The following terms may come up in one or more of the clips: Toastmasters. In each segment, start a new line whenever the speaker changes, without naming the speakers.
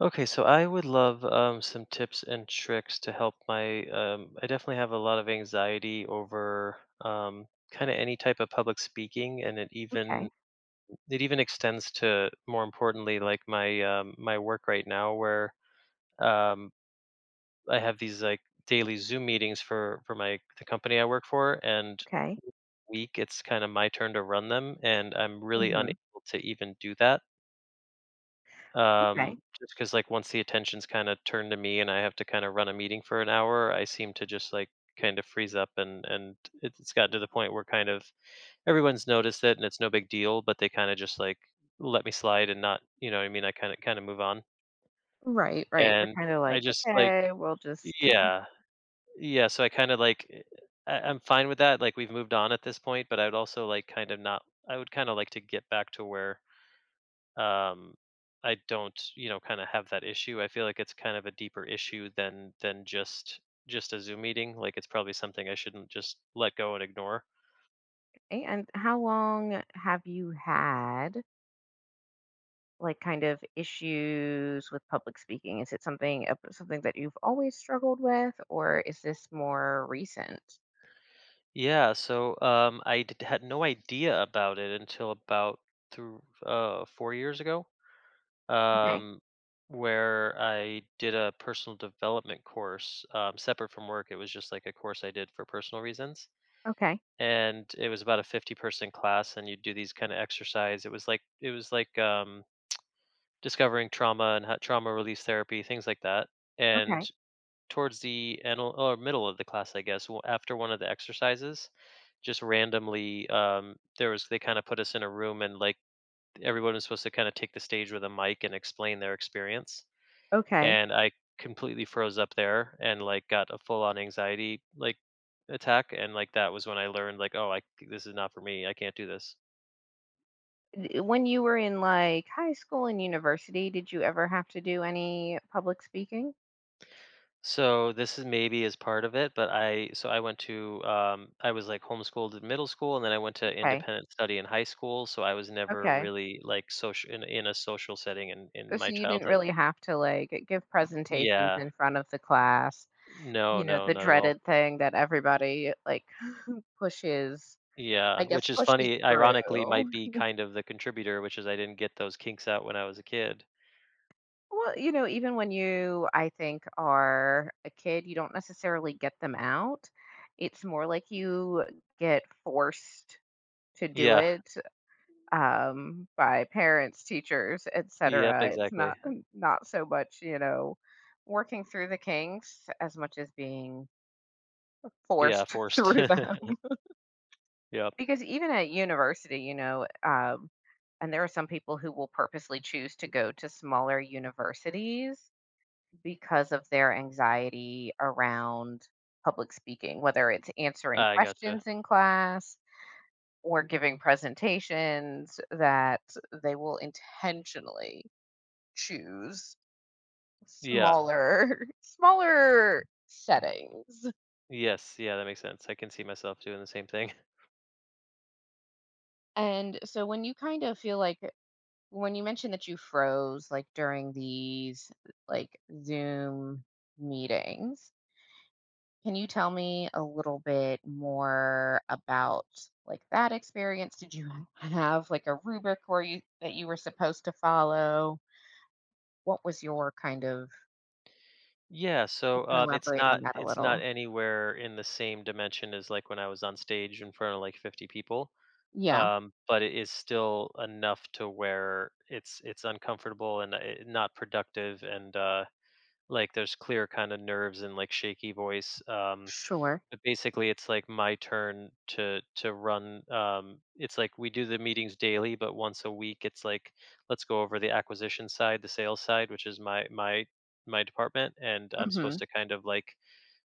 Okay, so I would love some tips and tricks to help my. I definitely have a lot of anxiety over kind of any type of public speaking, and it even
Okay,
it even extends to more importantly, like my my work right now, where um, I have these like daily Zoom meetings for my the company I work for, and
okay.
week it's kind of my turn to run them, and I'm really unable
Mhm.
to even do that.
Okay.
Just because, like, once the attention's kinda turned to me and I have to kinda run a meeting for an hour, I seem to just, like, kind of freeze up and it's gotten to the point where kind of everyone's noticed it and it's no big deal, but they kinda just, like, let me slide and not you know what I mean? I kinda move on.
Right, right. They're
And
kind of
I
like,
just, like.
okay, we'll just.
Yeah. Yeah, so I kinda, like, I'm fine with that, like, we've moved on at this point, but I'd also, like, kind of not. I would kinda like to get back to where um I don't, you know, kind of have that issue. I feel like it's kind of a deeper issue than just a Zoom meeting, like it's probably something I shouldn't just let go and ignore.
And how long have you had like kind of issues with public speaking? Is it something something that you've always struggled with, or is this more recent?
Yeah, so had no idea about it until about through 4 years ago.
Okay,
um where I did a personal development course, separate from work. It was just like a course I did for personal reasons,
okay,
and it was about a 50-person class, and you do these kind of exercise. It was like discovering trauma and trauma release therapy, things like that. And
okay,
towards the end or middle of the class, I guess, after one of the exercises, just randomly, there was they kind of put us in a room and like everyone was supposed to kind of take the stage with a mic and explain their experience.
okay.
And I completely froze up there and like got a full on anxiety like attack. And like that was when I learned like, oh, I this is not for me. I can't do this.
When you were in like high school and university, did you ever have to do any public speaking?
So this is maybe as part of it, but I so I went to I was like homeschooled in middle school, and then I went to
Okay,
independent study in high school. So I was never
okay.
really like social in a social setting in
Oh,
my
so you didn't
childhood.
really have to, like, give presentations
Yeah,
in front of the class,
no,
you know,
no,
the
not at all.
dreaded thing that everybody, like, pushes I
Yeah,
guess,
which is
pushes
funny. Ironically, might
through.
be kind of the contributor, which is I didn't get those kinks out when I was a kid.
Well, you know, even when you, I think, are a kid, you don't necessarily get them out. It's more like you get forced to do
Yeah.
it, by parents, teachers,
Yep.
etcetera. It's
Exactly.
not not so much, you know, working through the kinks as much as being
Yeah.
forced
Forced.
through them.
Yep.
Because even at university, you know, and there are some people who will purposely choose to go to smaller universities because of their anxiety around public speaking, whether it's answering
I gotcha.
questions in class or giving presentations, that they will intentionally choose
Yeah.
smaller, smaller settings.
Yes. Yeah. That makes sense. I can see myself doing the same thing.
And so when you kind of feel like when you mentioned that you froze like during these like Zoom meetings, can you tell me a little bit more about like that experience? Did you have like a rubric where you that you were supposed to follow? What was your kind of
Yeah,
you
so,
can
it's
elaborate on
not
that a
it's not
little.
anywhere in the same dimension as, like, when I was on stage in front of, like, 50 people,
Yeah,
but it is still enough to where it's uncomfortable and, not productive and, like, there's clear kinda nerves and, like, shaky voice,
sure.
but basically, it's like my turn to run. It's like we do the meetings daily, but once a week, it's like let's go over the acquisition side, the sales side, which is my my department, and I'm supposed
Mhm.
to kind of like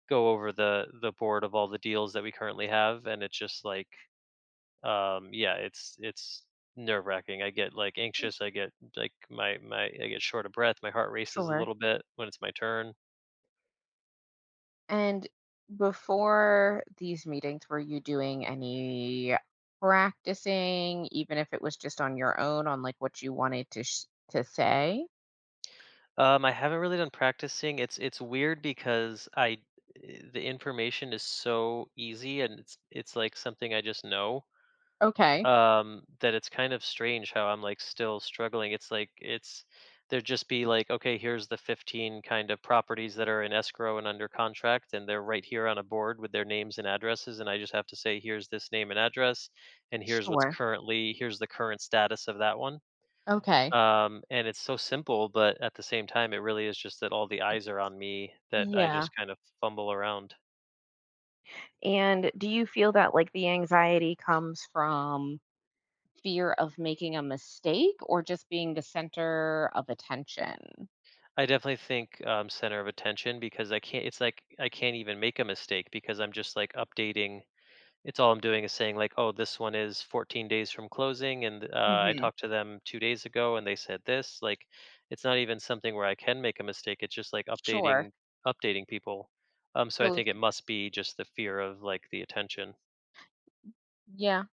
go over the board of all the deals that we currently have, and it's just like yeah, it's nerve wracking. I get like anxious. I get like my I get short of breath. My heart races a
Sure.
little bit when it's my turn.
And before these meetings, were you doing any practicing, even if it was just on your own, on like what you wanted to to say?
I haven't really done practicing. It's weird because the information is so easy and it's like something I just know.
Okay,
That it's kind of strange how I'm like still struggling. It's like it's there'd just be like, okay, here's the 15 kind of properties that are in escrow and under contract, and they're right here on a board with their names and addresses, and I just have to say, here's this name and address, and here's what's
sure.
currently here's the current status of that one.
Okay,
And it's so simple, but at the same time, it really is just that all the eyes are on me that I
yeah.
just kind of fumble around.
And do you feel that like the anxiety comes from fear of making a mistake or just being the center of attention?
I definitely think center of attention, because I can't. It's like I can't even make a mistake because I'm just like updating. It's all I'm doing is saying like, oh, this one is 14 days from closing, and I
Hmm.
talked to them 2 days ago, and they said this. Like, it's not even something where I can make a mistake. It's just like
Sure.
updating, updating people. So I
So,
think it must be just the fear of like the attention.
yeah.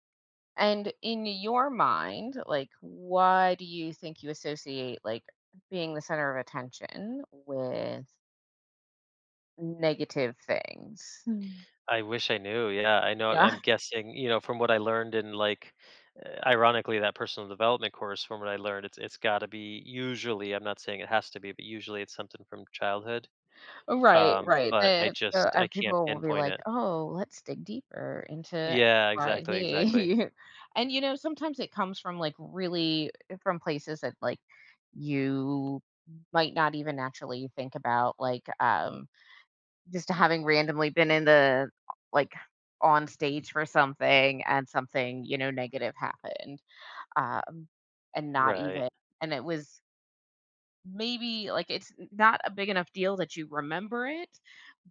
And in your mind, like, why do you think you associate like being the center of attention with negative things? Mm.
I wish I knew. Yeah, I know.
Yeah,
I'm guessing, you know, from what I learned in like, ironically, that personal development course. From what I learned, it's got to be usually. I'm not saying it has to be, but usually it's something from childhood.
right, right.
But I
The,
just
the,
I
uh,
can't
people will be
pinpoint
like,
it.
"Oh, let's dig deeper into X
Yeah,
Y,
exactly, exactly.
Z," and you know, sometimes it comes from like really from places that like you might not even actually think about, like just having randomly been in the like, on stage for something and something, you know, negative happened, um, and not
Right.
even and it was maybe, like, it's not a big enough deal that you remember it,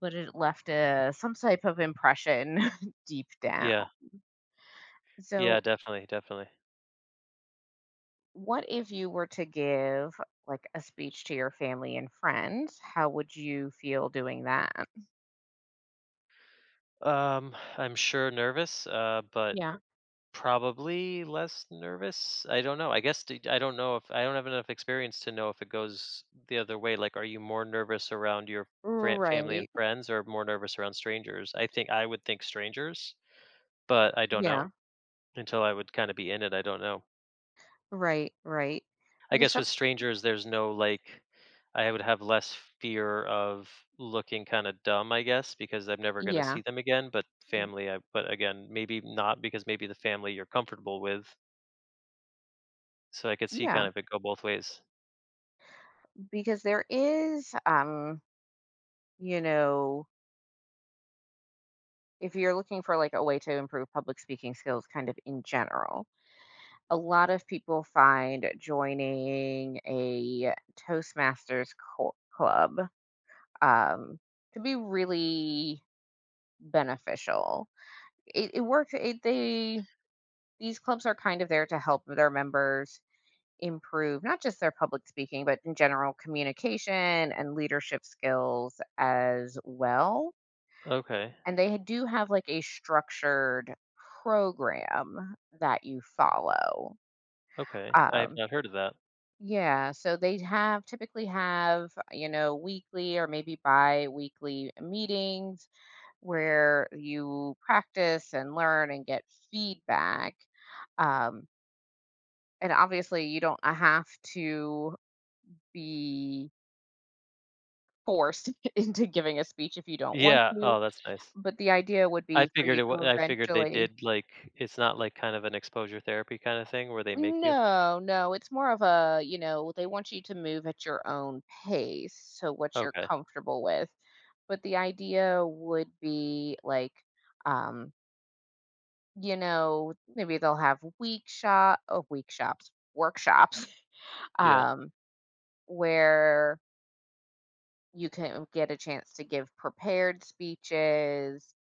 but it left a some type of impression deep down.
Yeah. Yeah.
So,
Definitely. Definitely.
what if you were to give, like, a speech to your family and friends? How would you feel doing that?
I'm sure nervous. But
Yeah.
probably less nervous? I don't know. I guess d I don't know if I don't have enough experience to know if it goes the other way. Like, are you more nervous around your frie family and
Right.
friends or more nervous around strangers? I think I would think strangers, but I don't know.
Yeah.
Until I would kinda be in it, I don't know.
Right, right.
I
Because
guess
some
with strangers, there's no, like I would have less fear of looking kinda dumb, I guess, because I'm never gonna see
Yeah.
them again, but
Mm.
family, I but again, maybe not because maybe the family you're comfortable with. So I could see kind
Yeah.
of it go both ways.
Because there is, you know, if you're looking for like a way to improve public speaking skills kind of in general, a lot of people find joining a Toastmasters club um, to be really beneficial. It works. It, they these clubs are kind of there to help their members improve not just their public speaking, but in general communication and leadership skills as well.
Okay,
And they do have like a structured program that you follow.
okay, I have
Um,
not heard of that.
yeah, so they have typically have, you know, weekly or maybe bi weekly meetings where you practice and learn and get feedback. Um, and obviously, you don't have to be forced into giving a speech if you don't want
Yeah,
to,
oh, that's nice.
but the idea would be for you to
I figured they
eventually
did, like it's not like kind of an exposure therapy kinda thing where they make you.
No, no, it's more of a, you know, they want you to move at your own pace, so what you're
Okay,
comfortable with. But the idea would be like, um, you know, maybe they'll have week shop, oh, week shops, workshops,
yeah.
um, where you can get a chance to give prepared speeches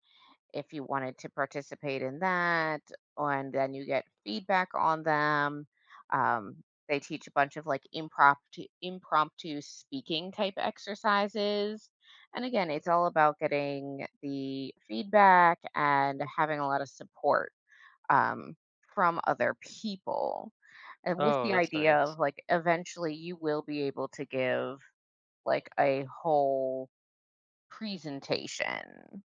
if you wanted to participate in that, and then you get feedback on them. They teach a bunch of like impromptu speaking type exercises. And again, it's all about getting the feedback and having a lot of support um, from other people. And with
Oh,
the
that's
idea
nice.
of like eventually you will be able to give like a whole presentation.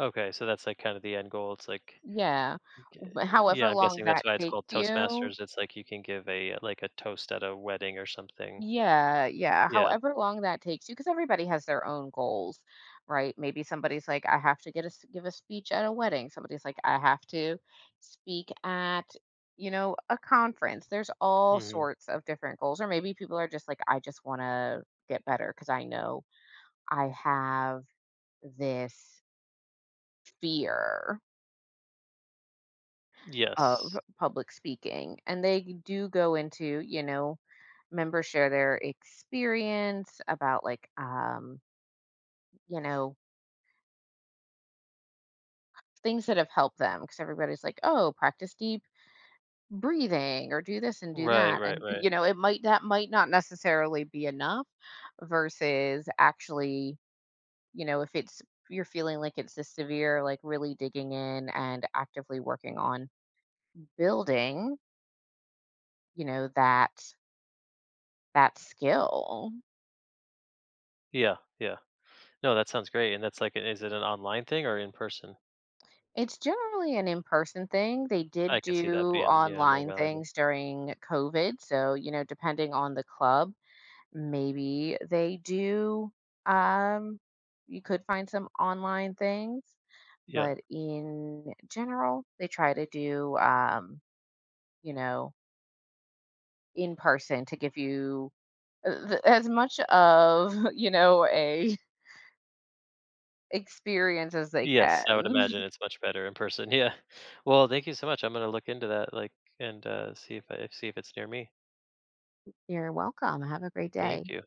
Okay, so that's, like, kind of the end goal, it's like
Yeah,
g
but
yeah,
however
I'm
long
guessing that's
that
why it's
takes
called
you.
Toastmasters, it's like you can give a, like, a toast at a wedding or something.
Yeah, yeah,
Yeah,
however long that takes you, because everybody has their own goals, right? Maybe somebody's like, "I have to get a s give a speech at a wedding." Somebody's like, "I have to speak at, you know, a conference." There's all
mhm.
sorts of different goals, or maybe people are just like, "I just wanna get better because I know I have this fear of
Yes.
public speaking," and they do go into, you know, members share their experience about like you know things that have helped them because everybody's like oh practice deep breathing or do this and do
Right,
that,
right,
and
right.
you know it might that might not necessarily be enough versus actually you know if it's you're feeling like it's this severe like really digging in and actively working on building you know that that skill.
Yeah, yeah. No, that sounds great, and that's like is it an online thing or in person?
It's generally an in-person thing. They
I
did
can see that
do
being, yeah, more
online
valuable.
things during COVID, so, you know, depending on the club, maybe they do, um you could find some online things,
Yeah.
but in general, they try to do, you know, in person to give you, th as much of, you know, a experience as they
Yes, I would
can.
imagine it's much better in person. Yeah. Well, thank you so much. I'm gonna look into that, like, and see if it's near me.
You're welcome. Have a great day.
Thank you.